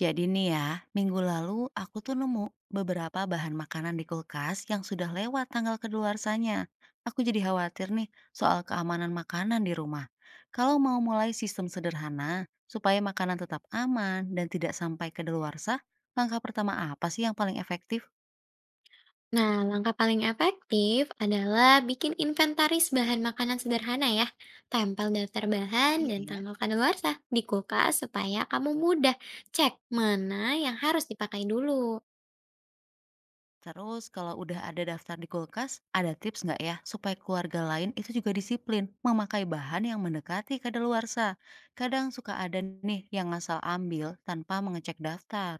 Jadi nih ya, minggu lalu aku tuh nemu beberapa bahan makanan di kulkas yang sudah lewat tanggal kedaluarsanya. Aku jadi khawatir nih soal keamanan makanan di rumah. Kalau mau mulai sistem sederhana supaya makanan tetap aman dan tidak sampai kedaluarsa, langkah pertama apa sih yang paling efektif? Nah, langkah paling efektif adalah bikin inventaris bahan makanan sederhana ya. Tempel daftar bahan Iya dan ya. tanggal kadaluarsa di kulkas supaya kamu mudah cek mana yang harus dipakai dulu. Terus kalau udah ada daftar di kulkas, ada tips nggak ya supaya keluarga lain itu juga disiplin memakai bahan yang mendekati kadaluarsa? Kadang suka ada nih yang ngasal ambil tanpa mengecek daftar.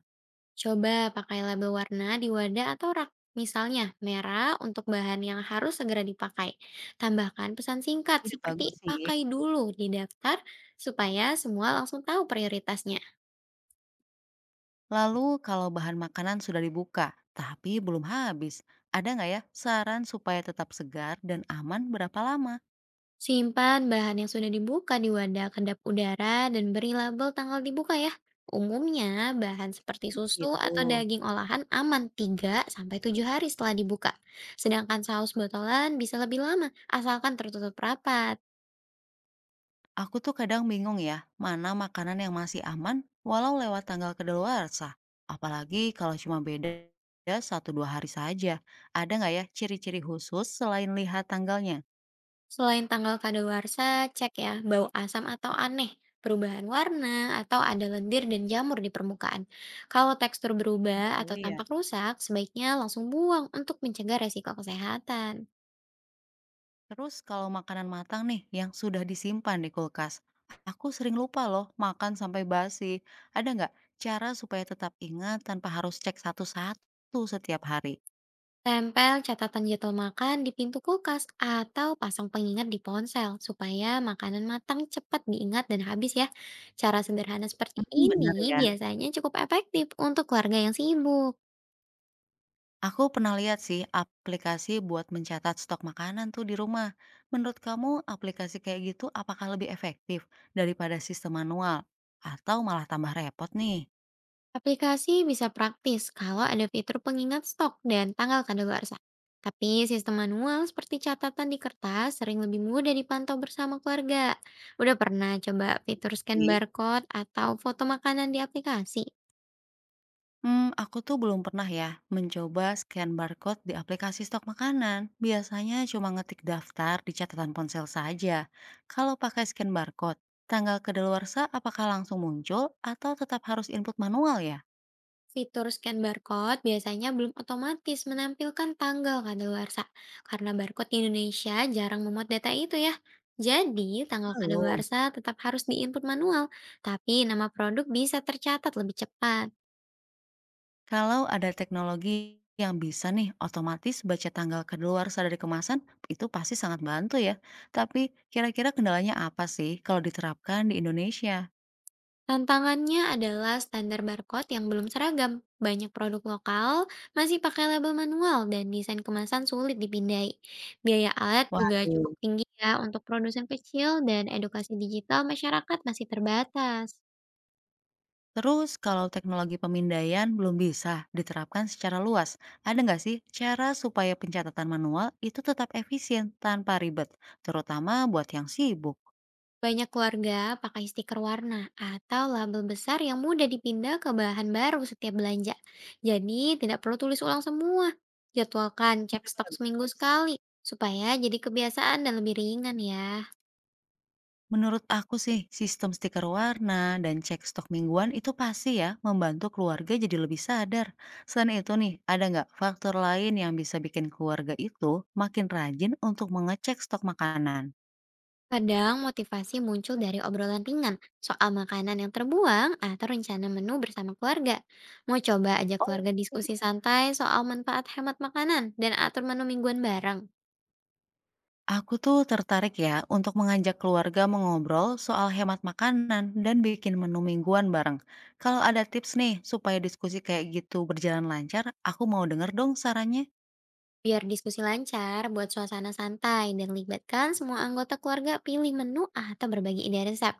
Coba pakai label warna di wadah atau rak. Misalnya, merah untuk bahan yang harus segera dipakai. Tambahkan pesan singkat Ide bagus seperti sih. pakai dulu di daftar supaya semua langsung tahu prioritasnya. Lalu kalau bahan makanan sudah dibuka, tapi belum habis, ada nggak ya saran supaya tetap segar dan aman berapa lama? Simpan bahan yang sudah dibuka di wadah kedap udara dan beri label tanggal dibuka ya. Umumnya, bahan seperti susu atau Gitu. daging olahan aman tiga sampai tujuh hari setelah dibuka. Sedangkan saus botolan bisa lebih lama, asalkan tertutup rapat. Aku tuh kadang bingung ya, mana makanan yang masih aman walau lewat tanggal kedaluwarsa. Apalagi kalau cuma beda satu dua hari saja. Ada nggak ya ciri-ciri khusus selain lihat tanggalnya? Selain tanggal kadaluarsa, cek ya bau asam atau aneh, perubahan warna, atau ada lendir dan jamur di permukaan. Kalau tekstur berubah Bau atau ya. tampak rusak, sebaiknya langsung buang untuk mencegah resiko kesehatan. Terus kalau makanan matang nih yang sudah disimpan di kulkas. Aku sering lupa loh makan sampai basi. Ada nggak cara supaya tetap ingat tanpa harus cek satu-satu setiap hari? Tempel catatan jadwal makan di pintu kulkas atau pasang pengingat di ponsel supaya makanan matang cepat diingat dan habis ya. Cara sederhana seperti ini Bener ya. biasanya cukup efektif untuk keluarga yang sibuk. Aku pernah lihat sih aplikasi buat mencatat stok makanan tuh di rumah. Menurut kamu aplikasi kayak gitu apakah lebih efektif daripada sistem manual atau malah tambah repot nih? Aplikasi bisa praktis kalau ada fitur pengingat stok dan tanggal kadaluarsa. Tapi sistem manual seperti catatan di kertas sering lebih mudah dipantau bersama keluarga. Udah pernah coba fitur scan Ih, barcode atau foto makanan di aplikasi? Aku tuh belum pernah ya mencoba scan barcode di aplikasi stok makanan. Biasanya cuma ngetik daftar di catatan ponsel saja. Kalau pakai scan barcode, tanggal kedaluarsa apakah langsung muncul atau tetap harus input manual ya? Fitur scan barcode biasanya belum otomatis menampilkan tanggal kadaluarsa karena barcode di Indonesia jarang memuat data itu ya. Jadi, tanggal Belum. kadaluarsa tetap harus diinput manual, tapi nama produk bisa tercatat lebih cepat. Kalau ada teknologi yang bisa nih otomatis baca tanggal kedaluarsa dari kemasan, itu pasti sangat bantu ya. Tapi kira-kira kendalanya apa sih kalau diterapkan di Indonesia? Tantangannya adalah standar barcode yang belum seragam. Banyak produk lokal masih pakai label manual dan desain kemasan sulit dipindai. Biaya alat juga cukup Waduh. tinggi ya untuk produsen kecil dan edukasi digital masyarakat masih terbatas. Terus kalau teknologi pemindaian belum bisa diterapkan secara luas, ada nggak sih cara supaya pencatatan manual itu tetap efisien tanpa ribet, terutama buat yang sibuk? Banyak keluarga pakai stiker warna atau label besar yang mudah dipindah ke bahan baru setiap belanja. Jadi tidak perlu tulis ulang semua. Jadwalkan cek Ide stok seminggu bagus. sekali supaya jadi kebiasaan dan lebih ringan ya. Menurut aku sih, sistem stiker warna dan cek stok mingguan itu pasti ya membantu keluarga jadi lebih sadar. Selain itu nih, ada nggak faktor lain yang bisa bikin keluarga itu makin rajin untuk mengecek stok makanan? Kadang motivasi muncul dari obrolan ringan soal makanan yang terbuang atau rencana menu bersama keluarga. Mau coba ajak Oh keluarga diskusi iya, santai soal manfaat hemat makanan dan atur menu mingguan bareng. aku tuh tertarik ya untuk mengajak keluarga mengobrol soal hemat makanan dan bikin menu mingguan bareng. Kalau ada tips nih supaya diskusi kayak gitu berjalan lancar, aku mau denger dong sarannya. Biar diskusi lancar, buat suasana santai dan libatkan semua anggota keluarga pilih menu atau berbagi ide resep.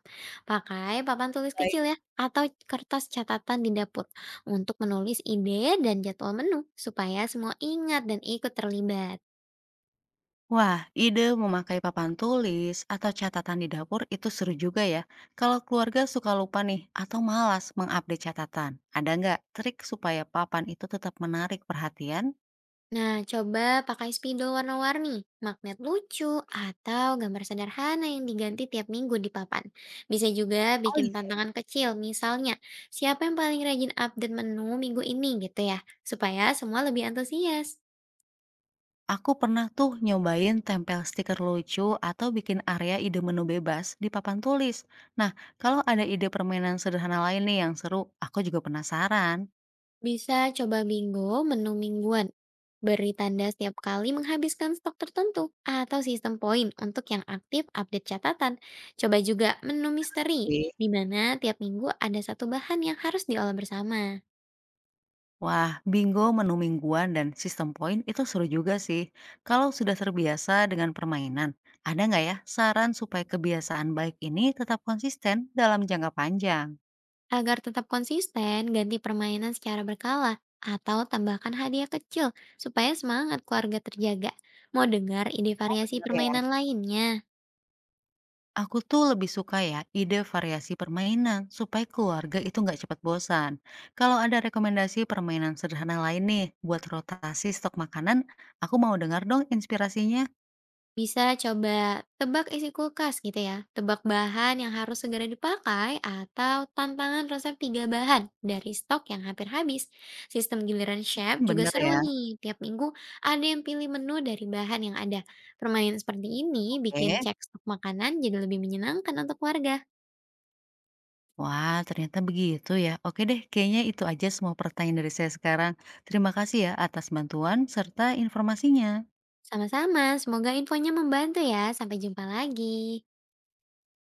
Pakai papan tulis kecil Baik. ya, atau kertas catatan di dapur untuk menulis ide dan jadwal menu supaya semua ingat dan ikut terlibat. Wah, ide memakai papan tulis atau catatan di dapur itu seru juga ya. Kalau keluarga suka lupa nih atau malas mengupdate catatan, ada nggak trik supaya papan itu tetap menarik perhatian? Nah, coba pakai spidol warna-warni, magnet lucu, atau gambar sederhana yang diganti tiap minggu di papan. Bisa juga Oh bikin iya, iya. tantangan kecil, misalnya siapa yang paling rajin update menu minggu ini gitu ya, supaya semua lebih antusias. Aku pernah tuh nyobain tempel stiker lucu atau bikin area ide menu bebas di papan tulis. Nah, kalau ada ide permainan sederhana lain nih yang seru, aku juga penasaran. Bisa coba bingo menu mingguan. Beri tanda setiap kali menghabiskan stok tertentu atau sistem poin untuk yang aktif update catatan. Coba juga menu misteri, Benar. di mana tiap minggu ada satu bahan yang harus diolah bersama. Wah, bingo menu mingguan dan sistem poin itu seru juga sih. Kalau sudah terbiasa dengan permainan, ada nggak ya saran supaya kebiasaan baik ini tetap konsisten dalam jangka panjang? Agar tetap konsisten, ganti permainan secara berkala atau tambahkan hadiah kecil supaya semangat keluarga terjaga. Mau dengar ide Oh variasi bener ya. permainan lainnya? Aku tuh lebih suka ya ide variasi permainan supaya keluarga itu nggak cepat bosan. Kalau ada rekomendasi permainan sederhana lain nih buat rotasi stok makanan, aku mau dengar dong inspirasinya. Bisa coba tebak isi kulkas gitu ya. Tebak bahan yang harus segera dipakai atau tantangan resep tiga bahan dari stok yang hampir habis. Sistem giliran chef juga Bener seru ya? nih. Tiap minggu ada yang pilih menu dari bahan yang ada. Permainan seperti ini bikin Oke. cek stok makanan jadi lebih menyenangkan untuk keluarga. Wah, ternyata begitu ya. Oke deh, kayaknya itu aja semua pertanyaan dari saya sekarang. Terima kasih ya atas bantuan serta informasinya. Sama-sama, semoga infonya membantu ya. Sampai jumpa lagi.